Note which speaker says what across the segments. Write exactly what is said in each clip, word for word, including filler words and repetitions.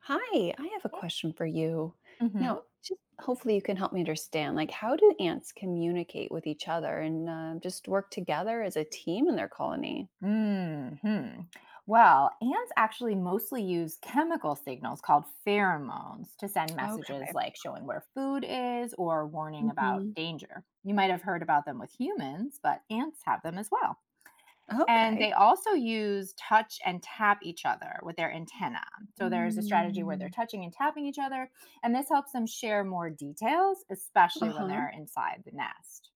Speaker 1: Hi, I have a question for you.
Speaker 2: Mhm.
Speaker 1: Now, just hopefully you can help me understand, like how do ants communicate with each other and uh, just work together as a team in their colony?
Speaker 2: Mhm. Well, ants actually mostly use chemical signals called pheromones to send messages
Speaker 1: Okay.
Speaker 2: like showing where food is or warning
Speaker 1: Hmm.
Speaker 2: about danger. You might have heard about them with humans, but ants have them as well. And
Speaker 1: Okay.
Speaker 2: they also use touch and tap each other with their antenna. So there's a strategy where they're
Speaker 1: Mm.
Speaker 2: touching and tapping each other, and this helps them share more details, especially when
Speaker 1: Uh-huh.
Speaker 2: they're inside the nest.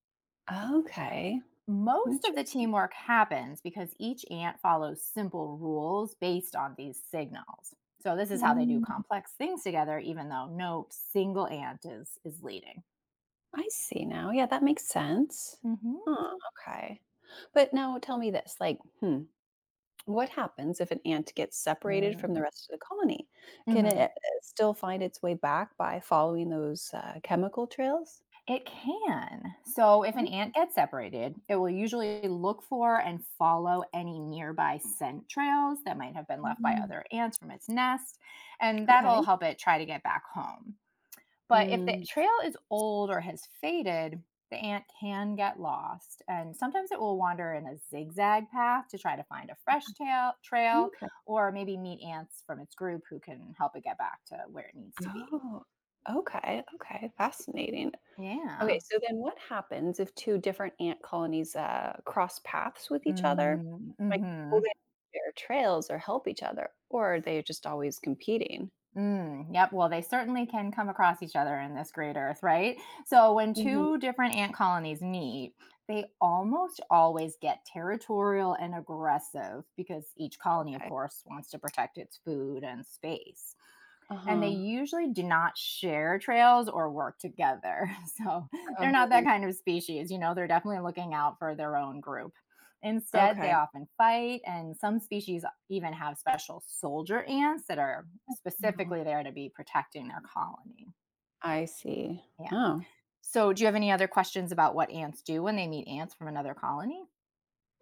Speaker 1: Okay.
Speaker 2: Most of the
Speaker 1: Interesting.
Speaker 2: teamwork happens because each ant follows simple rules based on these signals. So this is how they do
Speaker 1: Mm.
Speaker 2: complex things together, even though no single ant is is leading.
Speaker 1: I see now. Yeah, that makes sense.
Speaker 2: Hmm.
Speaker 1: Huh, okay. But now tell me this, like, hmm, what happens if an ant gets separated from
Speaker 2: Mm.
Speaker 1: the rest of the colony? Can it uh,
Speaker 2: Mhm.
Speaker 1: still find its way back by following those uh, chemical trails?
Speaker 2: It can. So, if an
Speaker 1: Yeah.
Speaker 2: ant gets separated, it will usually look for and follow any nearby scent trails that might have been left by
Speaker 1: Mm.
Speaker 2: other ants from its nest, and that'll
Speaker 1: Okay.
Speaker 2: help it try to get back home. But if the
Speaker 1: Mm,
Speaker 2: trail is old or has faded, the ant can get lost, and sometimes it will wander in a zigzag path to try to find a fresh tail, trail
Speaker 1: okay.
Speaker 2: or maybe meet ants from its group who can help it get back to where it needs to be.
Speaker 1: Oh, okay. Okay. Fascinating.
Speaker 2: Yeah.
Speaker 1: Okay. So then what happens if two different ant colonies uh, cross paths with each other?
Speaker 2: Mm-hmm.
Speaker 1: Like, will
Speaker 2: Mm-hmm.
Speaker 1: they share trails or help each other? Or are they just always competing?
Speaker 2: Mm, yep. Well, they certainly can come across each other in this great Earth, right? So, when two
Speaker 1: Hmm.
Speaker 2: different ant colonies meet, they almost always get territorial and aggressive because each colony, of
Speaker 1: Okay.
Speaker 2: course, wants to protect its food and space.
Speaker 1: Uh
Speaker 2: And they
Speaker 1: huh.
Speaker 2: usually do not share trails or work together. So, they're not that
Speaker 1: Oh,
Speaker 2: kind of species. You know, they're definitely looking out for their own group. Instead, they
Speaker 1: okay.
Speaker 2: often fight, and some species even have special soldier ants that are
Speaker 1: No.
Speaker 2: specifically there to be protecting their colony.
Speaker 1: I see.
Speaker 2: Yeah.
Speaker 1: Oh,
Speaker 2: So, do you have any other questions about what ants do when they meet ants from another colony?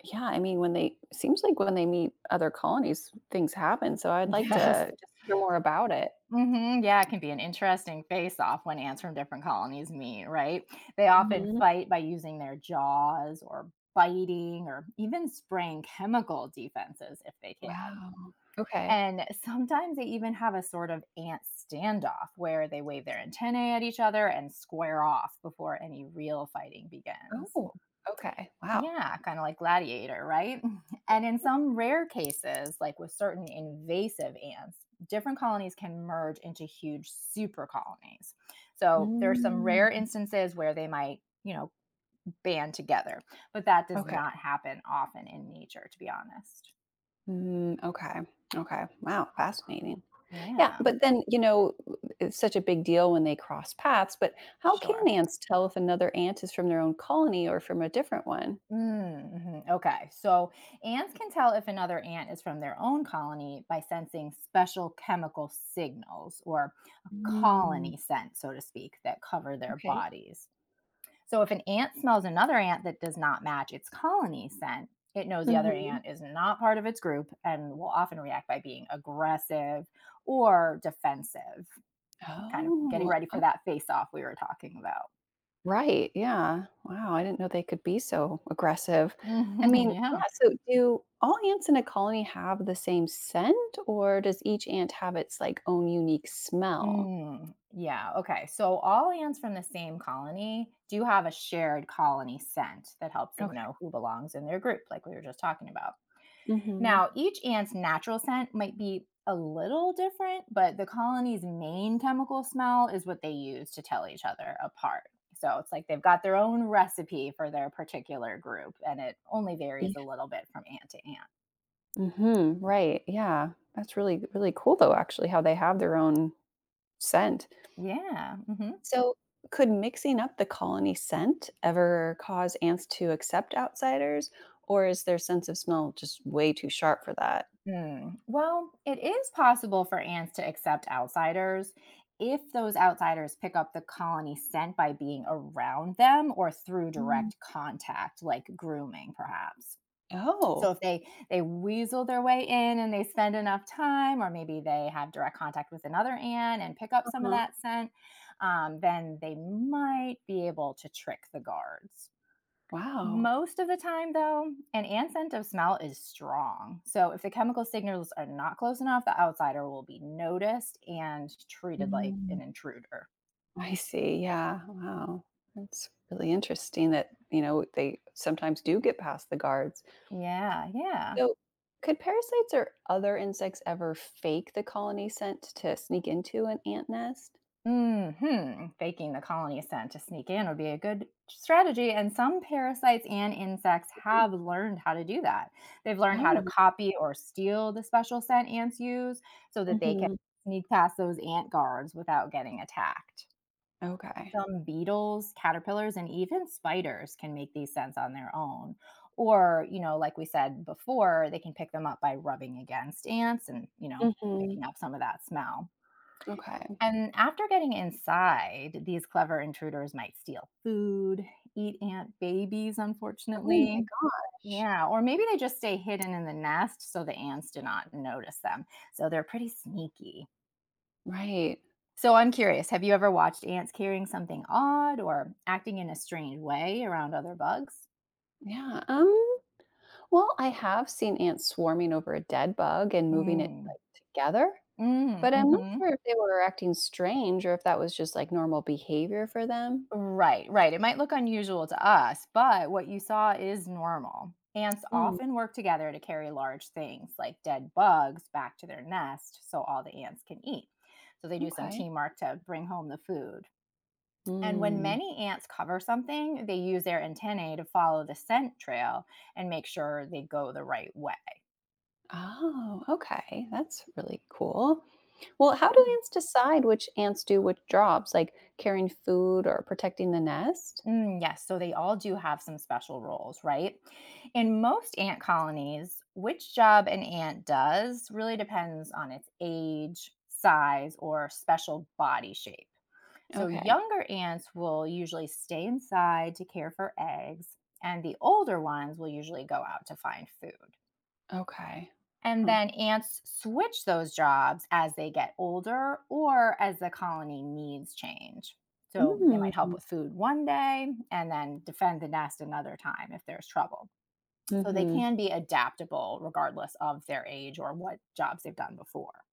Speaker 1: yeah. I mean, when they seems like when they meet other colonies, things happen. So I'd like
Speaker 2: Yes.
Speaker 1: to just hear more about it.
Speaker 2: Hmm. Yeah, it can be an interesting face off when ants from different colonies meet, right? They often
Speaker 1: Hmm.
Speaker 2: fight by using their jaws or biting or even spraying chemical defenses if they can.
Speaker 1: Wow. Okay.
Speaker 2: And sometimes they even have a sort of ant standoff where they wave their antennae at each other and square off before any real fighting begins.
Speaker 1: Oh, okay. Wow.
Speaker 2: Yeah, kind of like gladiator, right? And in some rare cases, like with certain invasive ants, different colonies can merge into huge super colonies. So there are some rare
Speaker 1: Mm,
Speaker 2: instances where they might, you know, band together, but that does
Speaker 1: okay.
Speaker 2: not happen often in nature, to be honest.
Speaker 1: Mm, okay. Okay. Wow. Fascinating. Yeah.
Speaker 2: Yeah,
Speaker 1: But then, you know, it's such a big deal when they cross paths. But how can
Speaker 2: sure.
Speaker 1: ants tell if another ant is from their own colony or from a different one?
Speaker 2: Mm, mhm, okay, so ants can tell if another ant is from their own colony by sensing special chemical signals or a
Speaker 1: Mm,
Speaker 2: colony scent, so to speak, that cover their
Speaker 1: okay.
Speaker 2: bodies. So if an ant smells another ant that does not match its colony scent, it knows the other
Speaker 1: Hmm.
Speaker 2: ant is not part of its group and will often react by being aggressive or defensive, kind of getting
Speaker 1: Oh,
Speaker 2: ready for that face off we were talking about.
Speaker 1: right, yeah. Wow, I didn't know they could be so aggressive. I mean, yeah,
Speaker 2: Yeah.
Speaker 1: so do all ants in a colony have the same scent, or does each ant have its, like, own unique smell?
Speaker 2: Mm, yeah. Okay. So all ants from the same colony do have a shared colony scent that helps them
Speaker 1: Okay.
Speaker 2: know who belongs in their group, like we were just talking about.
Speaker 1: Mhm.
Speaker 2: Now, each ant's natural scent might be a little different, but the colony's main chemical smell is what they use to tell each other apart. So it's like they've got their own recipe for their particular group, and it only
Speaker 1: Yeah.
Speaker 2: varies a little bit from ant to ant.
Speaker 1: Mhm, right, yeah. That's really, really cool, though, actually, how they have their own scent.
Speaker 2: Yeah. Hmm.
Speaker 1: So, could mixing up the colony scent ever cause ants to accept outsiders, or is their sense of smell just way too sharp for that?
Speaker 2: Hmm. Well, it is possible for ants to accept outsiders if those outsiders pick up the colony scent by being around them or through
Speaker 1: Mm.
Speaker 2: direct contact, like grooming, perhaps. So if
Speaker 1: Oh.
Speaker 2: they they weasel their way in and they spend enough time, or maybe they have direct contact with another ant and pick up some of
Speaker 1: Uh-huh.
Speaker 2: that scent, um, then they might be able to trick the guards.
Speaker 1: Wow.
Speaker 2: Most of the time, though, an ant scent of smell is strong. So, if the chemical signals are not close enough, the outsider will be noticed and treated like
Speaker 1: Mhm.
Speaker 2: an intruder.
Speaker 1: I see, yeah, wow. That's really interesting that, you know, they sometimes do get past the guards.
Speaker 2: Yeah, yeah.
Speaker 1: So, could parasites or other insects ever fake the colony scent to sneak into an ant nest?
Speaker 2: Hmm. Faking the colony scent to sneak in would be a good strategy. And some parasites and insects
Speaker 1: Mhm.
Speaker 2: have learned how to do that. They've learned how to
Speaker 1: No.
Speaker 2: copy or steal the special scent ants use so that they can
Speaker 1: Mhm.
Speaker 2: sneak past those ant guards without getting attacked.
Speaker 1: Okay.
Speaker 2: Some beetles, caterpillars, and even spiders can make these scents on their own. Or, you know, like we said before, they can pick them up by rubbing against ants and, you know,
Speaker 1: Mhm.
Speaker 2: picking up some of that smell.
Speaker 1: Okay.
Speaker 2: And after getting inside, these clever intruders might steal food, eat ant babies,
Speaker 1: Oh my
Speaker 2: unfortunately.
Speaker 1: gosh.
Speaker 2: Yeah, or maybe they just stay hidden in the nest so the ants do not notice them. So they're pretty sneaky.
Speaker 1: Right.
Speaker 2: So I'm curious, have you ever watched ants carrying something odd or acting in a strange way around other bugs?
Speaker 1: Yeah, um, well, I have seen ants swarming over a dead bug and moving it,
Speaker 2: Mm.
Speaker 1: like, together.
Speaker 2: Mm.
Speaker 1: But I'm not
Speaker 2: Mhm.
Speaker 1: sure if they were acting strange or if that was just like normal behavior for them.
Speaker 2: Right, right. It might look unusual to us, but what you saw is normal. Ants
Speaker 1: Mm,
Speaker 2: often work together to carry large things like dead bugs back to their nest so all the ants can eat. So they do some
Speaker 1: okay.
Speaker 2: teamwork to bring home the food. And when
Speaker 1: Mm.
Speaker 2: many ants cover something, they use their antennae to follow the scent trail and make sure they go the right way.
Speaker 1: Oh, okay. That's really cool. Well, how do ants decide which ants do which jobs, like carrying food or protecting the nest?
Speaker 2: Mm, yes, so they all do have some special roles, right? In most ant colonies, which job an ant does really depends on its age, size, or special body shape. So
Speaker 1: Okay.
Speaker 2: younger ants will usually stay inside to care for eggs, and the older ones will usually go out to find food.
Speaker 1: Okay.
Speaker 2: And
Speaker 1: Huh.
Speaker 2: then ants switch those jobs as they get older or as the colony needs change. So they might help
Speaker 1: Mm.
Speaker 2: with food one day and then defend the nest another time if there's trouble. So they
Speaker 1: Mm-hmm.
Speaker 2: can be adaptable regardless of their age or what jobs they've done before.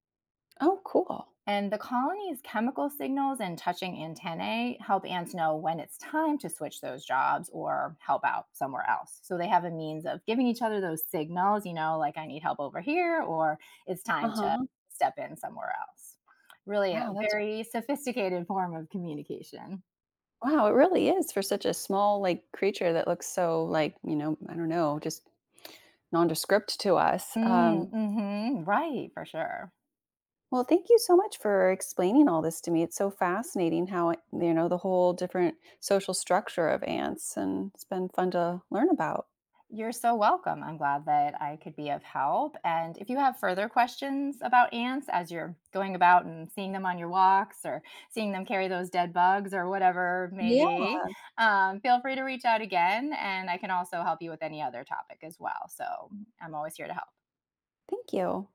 Speaker 1: Oh, cool.
Speaker 2: And the colony's chemical signals and touching antennae help ants know when it's time to switch those jobs or help out somewhere else. So they have a means of giving each other those signals, you know, like I need help over here or it's time to
Speaker 1: Uh-huh.
Speaker 2: step in somewhere else. Really a
Speaker 1: Wow, that's
Speaker 2: very sophisticated form of communication.
Speaker 1: wow, it really is for such a small like creature that looks so like, you know, I don't know, just nondescript to us.
Speaker 2: Mm,
Speaker 1: Um,
Speaker 2: hmm, right, for sure.
Speaker 1: Well, thank you so much for explaining all this to me. It's so fascinating how, it- you know, the whole different social structure of ants, and it's been fun to learn about.
Speaker 2: You're so welcome. I'm glad that I could be of help. And if you have further questions about ants as you're going about and seeing them on your walks or seeing them carry those dead bugs or whatever it may
Speaker 1: Yeah.
Speaker 2: be, um, feel free to reach out again. And I can also help you with any other topic as well. So I'm always here to help.
Speaker 1: Thank you.